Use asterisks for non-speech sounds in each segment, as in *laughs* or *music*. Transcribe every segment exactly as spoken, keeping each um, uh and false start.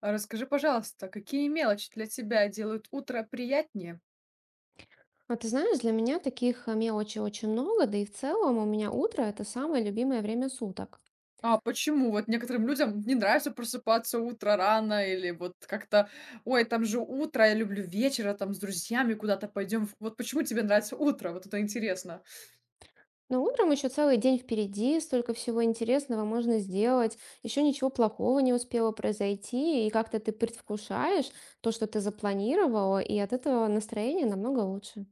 А расскажи, пожалуйста, какие мелочи для тебя делают утро приятнее? А ты знаешь, для меня таких э, мелочей очень много, да и в целом у меня утро — это самое любимое время суток. А почему? Вот некоторым людям не нравится просыпаться утро рано или вот как-то, ой, там же утро, я люблю вечера, там с друзьями куда-то пойдем. Вот почему тебе нравится утро? Вот это интересно. Но утром еще целый день впереди, столько всего интересного можно сделать, еще ничего плохого не успело произойти, и как-то ты предвкушаешь то, что ты запланировала, и от этого настроение намного лучше.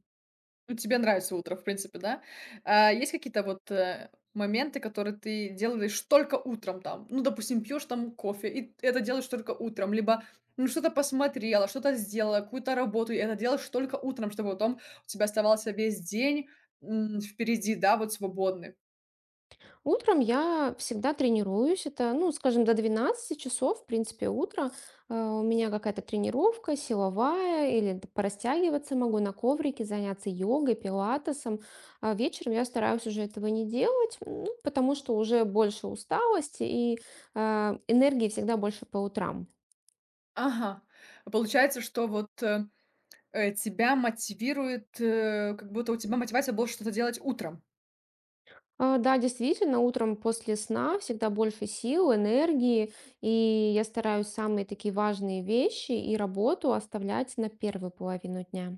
Ну, тебе нравится утро, в принципе, да? А есть какие-то вот, э, моменты, которые ты делаешь только утром там? Ну, допустим, пьешь там кофе, и это делаешь только утром, либо, ну, что-то посмотрела, что-то сделала, какую-то работу, и это делаешь только утром, чтобы потом у тебя оставался весь день, м, впереди, да, вот свободный. Утром я всегда тренируюсь. Это, ну, скажем, до двенадцати часов, в принципе, утро. Э, У меня какая-то тренировка силовая, или т- порастягиваться могу на коврике, заняться йогой, пилатесом. А вечером я стараюсь уже этого не делать, ну, потому что уже больше усталости и э, энергии всегда больше по утрам. Ага. Получается, что вот, э, э, тебя мотивирует, э, как будто у тебя мотивация была что-то делать утром. А, Да, действительно, утром после сна всегда больше сил, энергии, и я стараюсь самые такие важные вещи и работу оставлять на первую половину дня.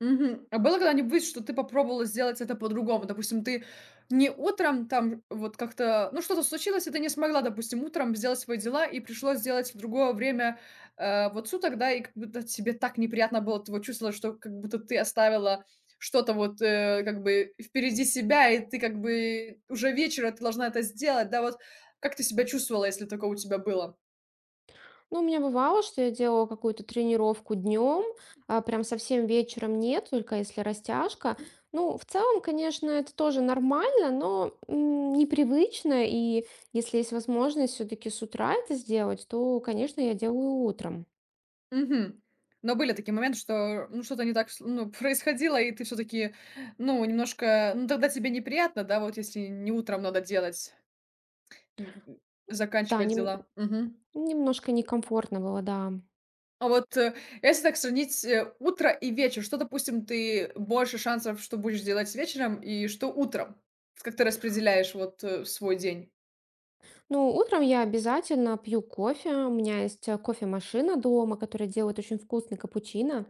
Мгм. А было когда-нибудь, что ты попробовала сделать это по-другому? Допустим, ты не утром там вот как-то, ну, что-то случилось, и ты не смогла, допустим, утром сделать свои дела, и пришлось сделать в другое время, э, вот суток, да, и как будто тебе так неприятно было, ты вот чувствовала, что как будто ты оставила что-то вот, э, как бы впереди себя, и ты как бы уже вечером ты должна это сделать, да, вот как ты себя чувствовала, если такое у тебя было? Ну, у меня бывало, что я делала какую-то тренировку днем, а прям совсем вечером нет, только если растяжка. Ну, в целом, конечно, это тоже нормально, но м, непривычно, и если есть возможность все-таки с утра это сделать, то, конечно, я делаю утром. Мгм. Но были такие моменты, что, ну, что-то не так, с ну, *laughs* происходило, и ты все таки ну, немножко, ну, тогда тебе неприятно, да, вот если не утром надо делать, м, Да, заканчивать нем- дела. Мгм. немножко некомфортно было, да. А вот, э, если так сравнить, э, утро и вечер, что, допустим, ты больше шансов, что будешь делать вечером, и что утром? Как ты распределяешь вот, э, свой день? Ну, утром я обязательно пью кофе. У меня есть э, кофемашина дома, которая делает очень вкусный капучино.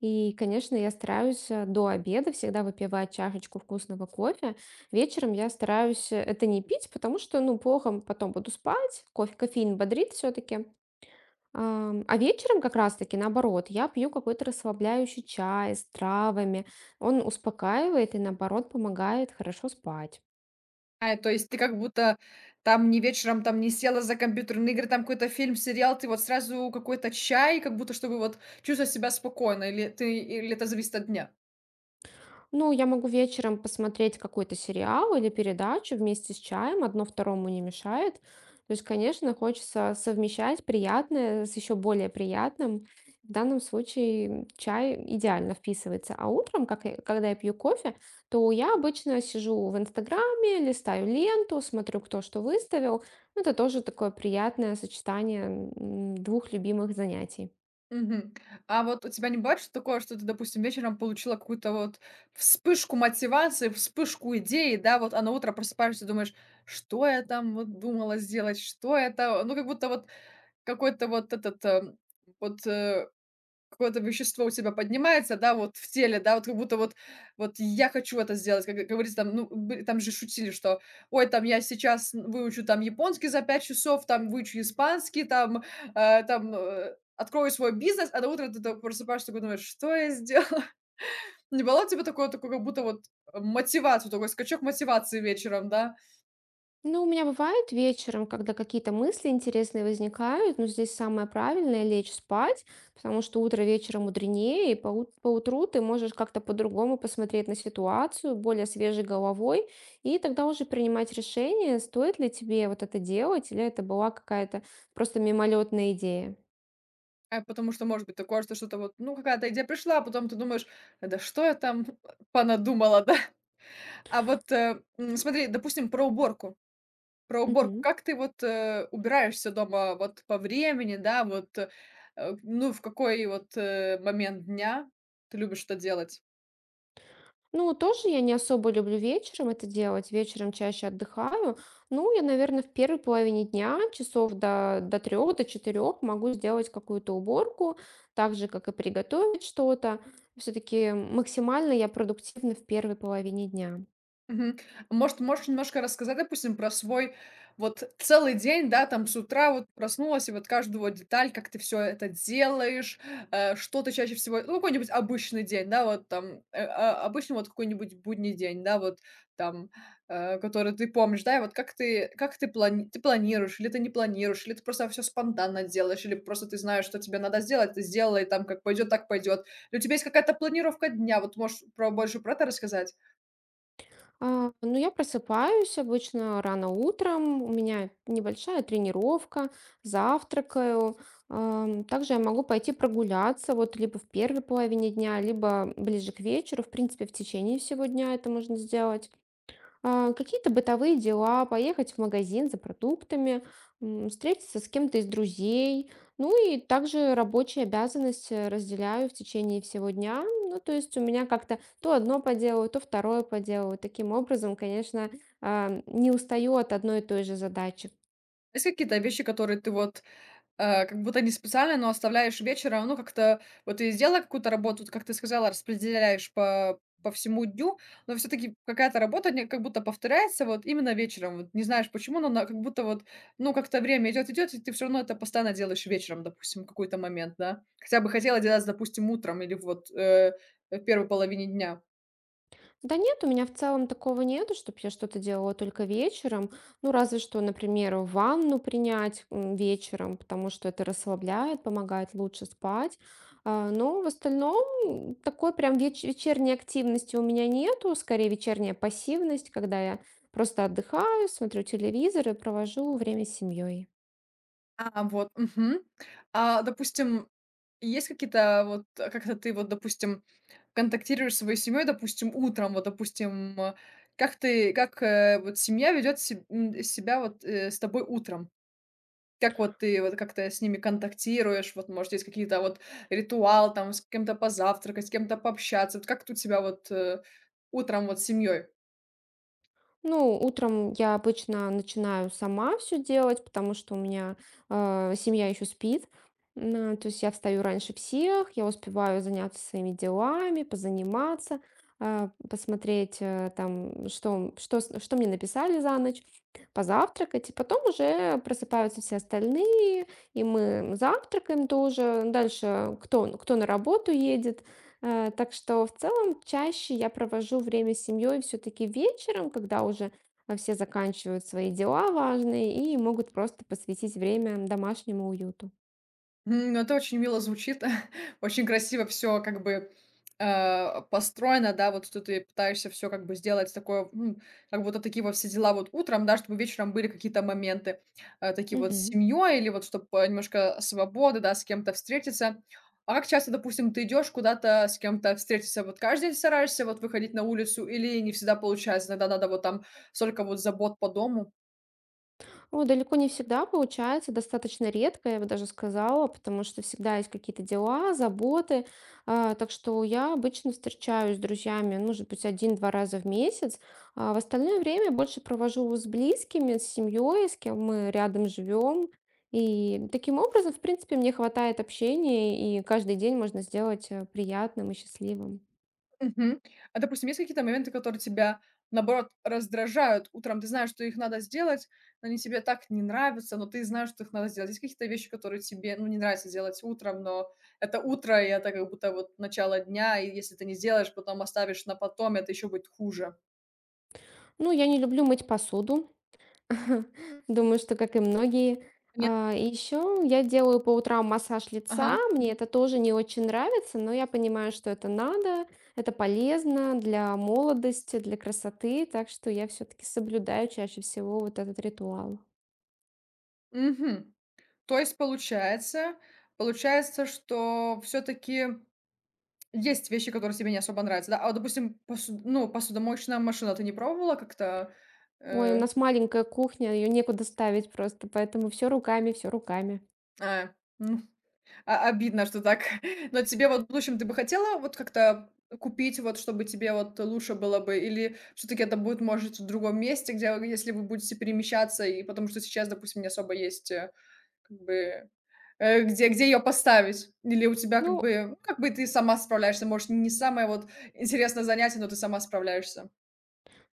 И, конечно, я стараюсь э, до обеда всегда выпивать чашечку вкусного кофе. Вечером я стараюсь э, это не пить, потому что, ну, плохо м- потом буду спать. Кофе, кофеин бодрит все-таки. Ам, А вечером как раз-таки наоборот, я пью какой-то расслабляющий чай с травами. Он успокаивает и наоборот помогает хорошо спать. А, то есть ты как будто там не вечером там не села за компьютерные игры, там какой-то фильм, сериал, ты вот сразу какой-то чай, как будто чтобы вот чувствовать себя спокойно, или ты или это зависит от дня? Ну, я могу вечером посмотреть какой-то сериал или передачу вместе с чаем, одно второму не мешает. То есть, конечно, хочется совмещать приятное с еще более приятным. В данном случае м, чай идеально вписывается. А утром, как я- когда я пью кофе, то я обычно сижу в Инстаграме, листаю ленту, смотрю, кто что выставил. Ну, это тоже такое приятное сочетание м, двух любимых занятий. Мгм. А вот у тебя не бывает что такое, что ты, допустим, вечером получила какую-то вот вспышку мотивации, вспышку идеи, да, вот, а на утро просыпаешься и думаешь: "Что я там вот думала сделать? Что это?" Ну, как будто вот какой-то вот этот, э, вот, э Какое-то вещество у тебя поднимается, да, вот в теле, да, вот как будто вот вот я хочу это сделать. Как как говорится, там, ну, бы там же шутили, что: "Ой, там я сейчас выучу там японский за пять часов, там выучу испанский, там, э, там, э, открою свой бизнес". А на утро ты так просыпаешься, такой думаешь: "Что я сделала?" *laughs* Не было у тебя такое такое, как будто вот, э, мотивацию, такой скачок мотивации вечером, да? Ну, у меня бывает вечером, когда какие-то мысли интересные возникают, но здесь самое правильное — лечь спать, потому что утро вечера мудренее, и по, ут- по утру ты можешь как-то по-другому посмотреть на ситуацию, более свежей головой, и тогда уже принимать решение, стоит ли тебе вот это делать, или это была какая-то просто мимолетная идея. А, потому что может быть такое, что что-то вот, ну, какая-то идея пришла, а потом ты думаешь: "Да что я там *laughs* понадумала, да?" А вот, э, м, смотри, допустим, про уборку. Про уборку. Мгм. Как ты вот, э, убираешь дома вот по времени, да, вот, э, ну, в какой вот, э, момент дня ты любишь это делать? Ну, тоже я не особо люблю вечером это делать. Вечером чаще отдыхаю. Ну, я, наверное, в первой половине дня, часов до, до трех, до четырех могу сделать какую-то уборку, так же, как и приготовить что-то. Все-таки максимально я продуктивна в первой половине дня. Мгм. Может, можешь немножко рассказать, допустим, про свой вот целый день, да, там с утра вот проснулась, и вот каждую вот деталь, как ты все это делаешь, э, что ты чаще всего, ну, какой-нибудь обычный день, да, вот там, э, а, обычный вот какой-нибудь будний день, да, вот там, э, который ты помнишь, да, и вот как ты, как ты, плани- ты планируешь, или ты не планируешь, или ты просто все спонтанно делаешь, или просто ты знаешь, что тебе надо сделать, ты сделай, там, как пойдет, так пойдет. Или у тебя есть какая-то планировка дня, вот можешь про, больше про это рассказать? А, ну, я просыпаюсь обычно рано утром, у меня небольшая тренировка, завтракаю. Ам, Также я могу пойти прогуляться, вот либо в первой половине дня, либо ближе к вечеру. В принципе, в течение всего дня это можно сделать а, какие-то бытовые дела, поехать в магазин за продуктами, м, встретиться с кем-то из друзей. Ну и также рабочие обязанности разделяю в течение всего дня. Ну, то есть у меня как-то то одно поделаю, то второе поделаю. Таким образом, конечно, а, не устаю от одной и той же задачи. Есть какие-то вещи, которые ты вот, э, как будто не специально, но оставляешь вечером, ну, как-то вот ты сделала какую-то работу, вот как ты сказала, распределяешь по по всему дню, но все таки какая-то работа, не как будто повторяется вот именно вечером. Вот не знаешь почему, но она как будто вот, ну, как-то время идет идет и ты все равно это постоянно делаешь вечером, допустим, в какой-то момент, да? Хотя бы хотела делать, допустим, утром или вот, э, в первой половине дня. Да нет, у меня в целом такого нету, чтобы я что-то делала только вечером. Ну, разве что, например, ванну принять м, вечером, потому что это расслабляет, помогает лучше спать. А, Но в остальном м, такой прям веч- вечерней активности у меня нету, скорее вечерняя пассивность, когда я просто отдыхаю, смотрю телевизор и провожу время с семьей. А, вот, мгм. А, допустим, есть какие-то вот, э, как-то ты вот, допустим, контактируешь с своей семьей, допустим, утром, вот, допустим, э, как ты, как, э, вот семья ведет себя вот, э, с тобой утром? Как вот ты вот как-то с ними контактируешь? Вот, может, есть какие-то вот ритуал, там, с кем-то позавтракать, с кем-то пообщаться? Вот как у тебя вот, э, утром вот с семьей? Ну, утром я обычно начинаю сама все делать, потому что у меня э, семья еще спит. На- то есть я встаю раньше всех, я успеваю заняться своими делами, позаниматься, э, посмотреть э, там, что, что, с- что мне написали за ночь, позавтракать. И потом уже просыпаются все остальные, и мы завтракаем тоже. Дальше кто, кто на работу едет. Э, так что в целом чаще я провожу время с семьей все-таки вечером, когда уже э, все заканчивают свои дела важные и могут просто посвятить время домашнему уюту. М, это очень мило звучит, *laughs* очень красиво все как бы, э, построено, да, вот что ты пытаешься все как бы сделать такое, м, как будто такие вот все дела вот утром, да, чтобы вечером были какие-то моменты, э, такие вот с Мгм. семьей или вот чтобы немножко свободы, да, с кем-то встретиться. А как часто, допустим, ты идешь куда-то с кем-то встретиться? Вот каждый день стараешься вот выходить на улицу или не всегда получается? Иногда надо вот там столько вот забот по дому. О, далеко не всегда получается, достаточно редко, я бы даже сказала, потому что всегда есть какие-то дела, заботы. А, Так что я обычно встречаюсь с друзьями, ну, может быть, один-два раза в месяц. А в остальное время больше провожу с близкими, с семьей, с кем мы рядом живем. И таким образом, в принципе, мне хватает общения, и каждый день можно сделать э, приятным и счастливым. Мгм. А, допустим, есть какие-то моменты, которые тебя, наоборот, раздражают утром? Ты знаешь, что их надо сделать, но они тебе так не нравятся, но ты знаешь, что их надо сделать. Есть какие-то вещи, которые тебе, ну, не нравится делать утром, но это утро, и это как будто вот начало дня, и если ты не сделаешь, потом оставишь на потом, это еще будет хуже. Ну, я не люблю мыть посуду. *laughs* Думаю, что как и многие. Нет. А, и еще я делаю по утрам массаж Ага. лица. Мне это тоже не очень нравится, но я понимаю, что это надо, это полезно для молодости, для красоты, так что я все-таки соблюдаю чаще всего вот этот ритуал. Мгм. То есть получается, получается, что все-таки есть вещи, которые тебе не особо нравятся, да? А вот, допустим, посуд- ну, посудомоечная машина, ты не пробовала как-то? Ой, у э, нас маленькая кухня, ее некуда ставить просто, поэтому все руками, все руками. А, ну, а обидно, что так. *laughs* Но тебе вот в будущем ты бы хотела вот как-то купить, вот чтобы тебе вот лучше было бы? Или все-таки это будет, может, в другом месте, где вы- если вы будете перемещаться, и потому что сейчас, допустим, не особо есть э, как бы э, где, где ее поставить? Или у тебя как Ну, бы, ну, как бы ты сама справляешься? Может, не самое вот интересное занятие, но ты сама справляешься.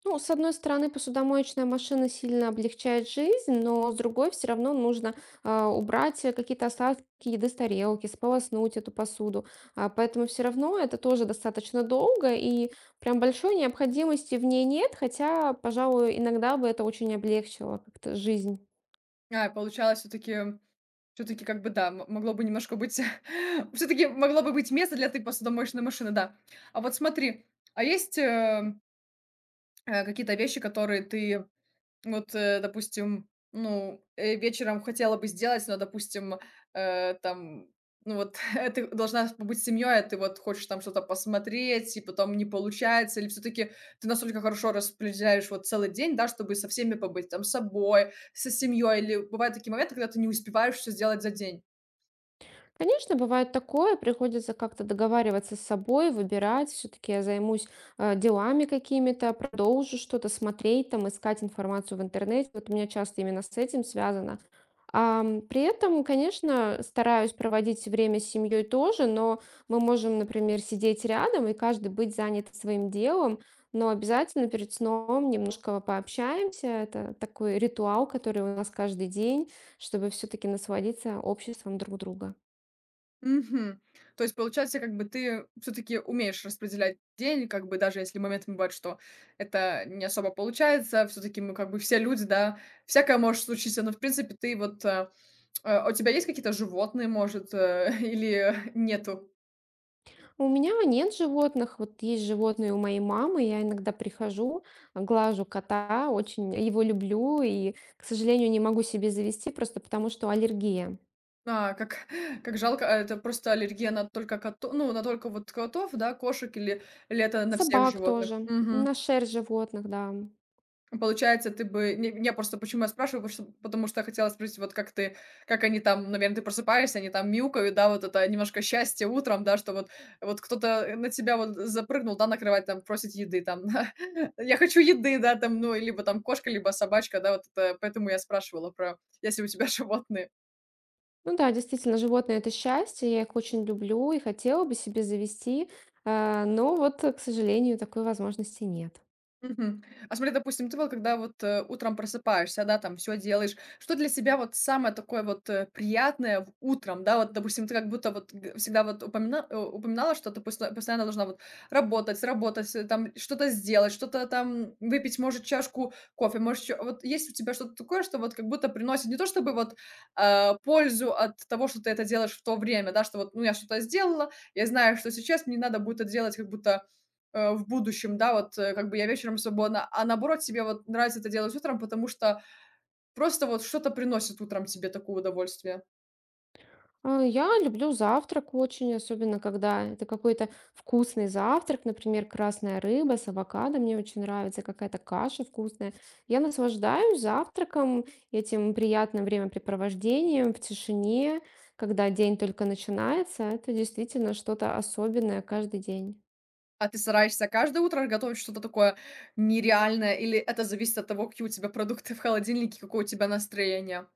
Ну, с одной стороны, посудомоечная машина сильно облегчает жизнь, но с другой все равно нужно а, убрать э, какие-то остатки еды с тарелки, сполоснуть эту посуду. А, поэтому все равно это тоже достаточно долго, и прям большой необходимости в ней нет, хотя, пожалуй, иногда бы это очень облегчило как-то жизнь. А, получалось все-таки все таки как бы, да, м могло бы немножко быть *laughs* все таки могло бы быть место для этой посудомоечной машины, да. А вот смотри, а есть, э, э, какие-то вещи, которые ты вот, э, допустим, ну, э, вечером хотела бы сделать, но, допустим, э, там, ну, вот *laughs* ты должна побыть с семьей, а ты вот хочешь там что-то посмотреть, и потом не получается, или все таки ты настолько хорошо распределяешь вот целый день, да, чтобы со всеми побыть, там, с собой, со семьей, или бывают такие моменты, когда ты не успеваешь все сделать за день? Конечно, бывает такое, приходится как-то договариваться с собой, выбирать, все-таки я займусь э, делами какими-то, продолжу что-то смотреть, там, искать информацию в интернете. Вот у меня часто именно с этим связано. Ам, при этом, конечно, стараюсь проводить время с семьей тоже, но мы можем, например, сидеть рядом и каждый быть занят своим делом, но обязательно перед сном немножко пообщаемся. Это такой ритуал, который у нас каждый день, чтобы все-таки насладиться обществом друг друга. Мгм. То есть, получается, как бы ты все таки умеешь распределять день, как бы даже если моментами бывает, что это не особо получается, все таки мы как бы все люди, да, всякое может случиться, но, в принципе, ты вот, э, э, у тебя есть какие-то животные, может, э, *laughs* или нету? У меня нет животных. Вот есть животные у моей мамы. Я иногда прихожу, глажу кота, очень его люблю и, к сожалению, не могу себе завести просто потому, что аллергия. А, как как жалко, а это просто аллергия на только кото ну, на только вот котов, да, кошек или или это на всех Собак животных? тоже, Мгм. на шерсть животных, да. Получается, ты бы не не, просто почему я спрашиваю, потому что потому что я хотела спросить, вот как ты как они там, наверное, ты просыпаешься, они там мяукают, да, вот это немножко счастье утром, да, что вот вот кто-то на тебя вот запрыгнул, да, на кровать, там просит еды, там, *laughs* "Я хочу еды", да, там, ну, либо там кошка, либо собачка, да, вот это. Поэтому я спрашивала про если у тебя *laughs* животные. Ну да, действительно, животные — это счастье, я их очень люблю и хотела бы себе завести, э, но вот, э, к сожалению, такой возможности нет. Мгм. А смотри, допустим, ты вот когда вот, э, утром просыпаешься, да, там все делаешь, что для себя вот самое такое вот, э, приятное в утром, да? Вот, допустим, ты как будто вот г всегда вот упомина э, упоминала, что ты посто постоянно должна вот работать, работать, э, там что-то сделать, что-то там выпить, может, чашку кофе, может, чё. Вот есть у тебя что-то такое, что вот как будто приносит не то чтобы вот, а, пользу от того, что ты это делаешь в то время, да, что вот, ну, я что-то сделала, я знаю, что сейчас мне надо будет это делать как будто э, в будущем, да, вот, э, как бы я вечером свободна, а наоборот, тебе вот нравится это делать утром, потому что просто вот что-то приносит утром тебе такое удовольствие. А, Я люблю завтрак очень, особенно когда это какой-то вкусный завтрак, например, красная рыба с авокадо, мне очень нравится, какая-то каша вкусная. Я наслаждаюсь завтраком, этим приятным времяпрепровождением в тишине, когда день только начинается. Это действительно что-то особенное каждый день. А ты стараешься каждое утро готовить что-то такое нереальное, или это зависит от того, какие у тебя продукты в холодильнике, какое у тебя настроение?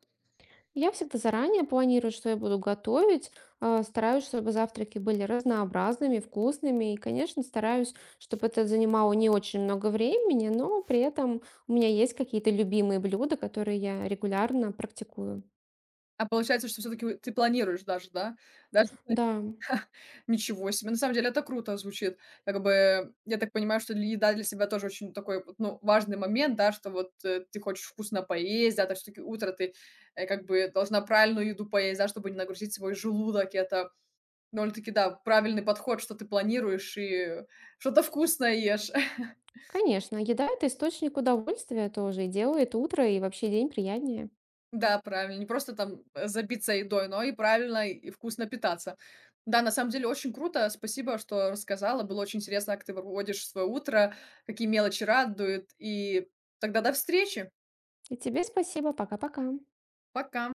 Я всегда заранее планирую, что я буду готовить, а, стараюсь, чтобы завтраки были разнообразными, вкусными, и, конечно, стараюсь, чтобы это занимало не очень много времени, но при этом у меня есть какие-то любимые блюда, которые я регулярно практикую. А получается, что все таки ты планируешь даже, да? Даже Да, Ничего себе, на самом деле это круто звучит. Как бы, я так понимаю, что для еда для себя тоже очень такой вот, ну, важный момент, да, что вот, э, ты хочешь вкусно поесть, да, то всё-таки утро ты, э, как бы должна правильную еду поесть, да, чтобы не нагрузить свой желудок. И это довольно-таки, да, правильный подход, что ты планируешь и что-то вкусное ешь. *laughs* конечно, еда — это источник удовольствия тоже, и делает утро и вообще день приятнее. Да, правильно. Не просто там, э, забиться едой, но и правильно и вкусно питаться. Да, на самом деле очень круто. Спасибо, что рассказала. Было очень интересно, как ты проводишь свое утро, какие мелочи радуют. И тогда до встречи. И тебе спасибо, пока-пока. Пока.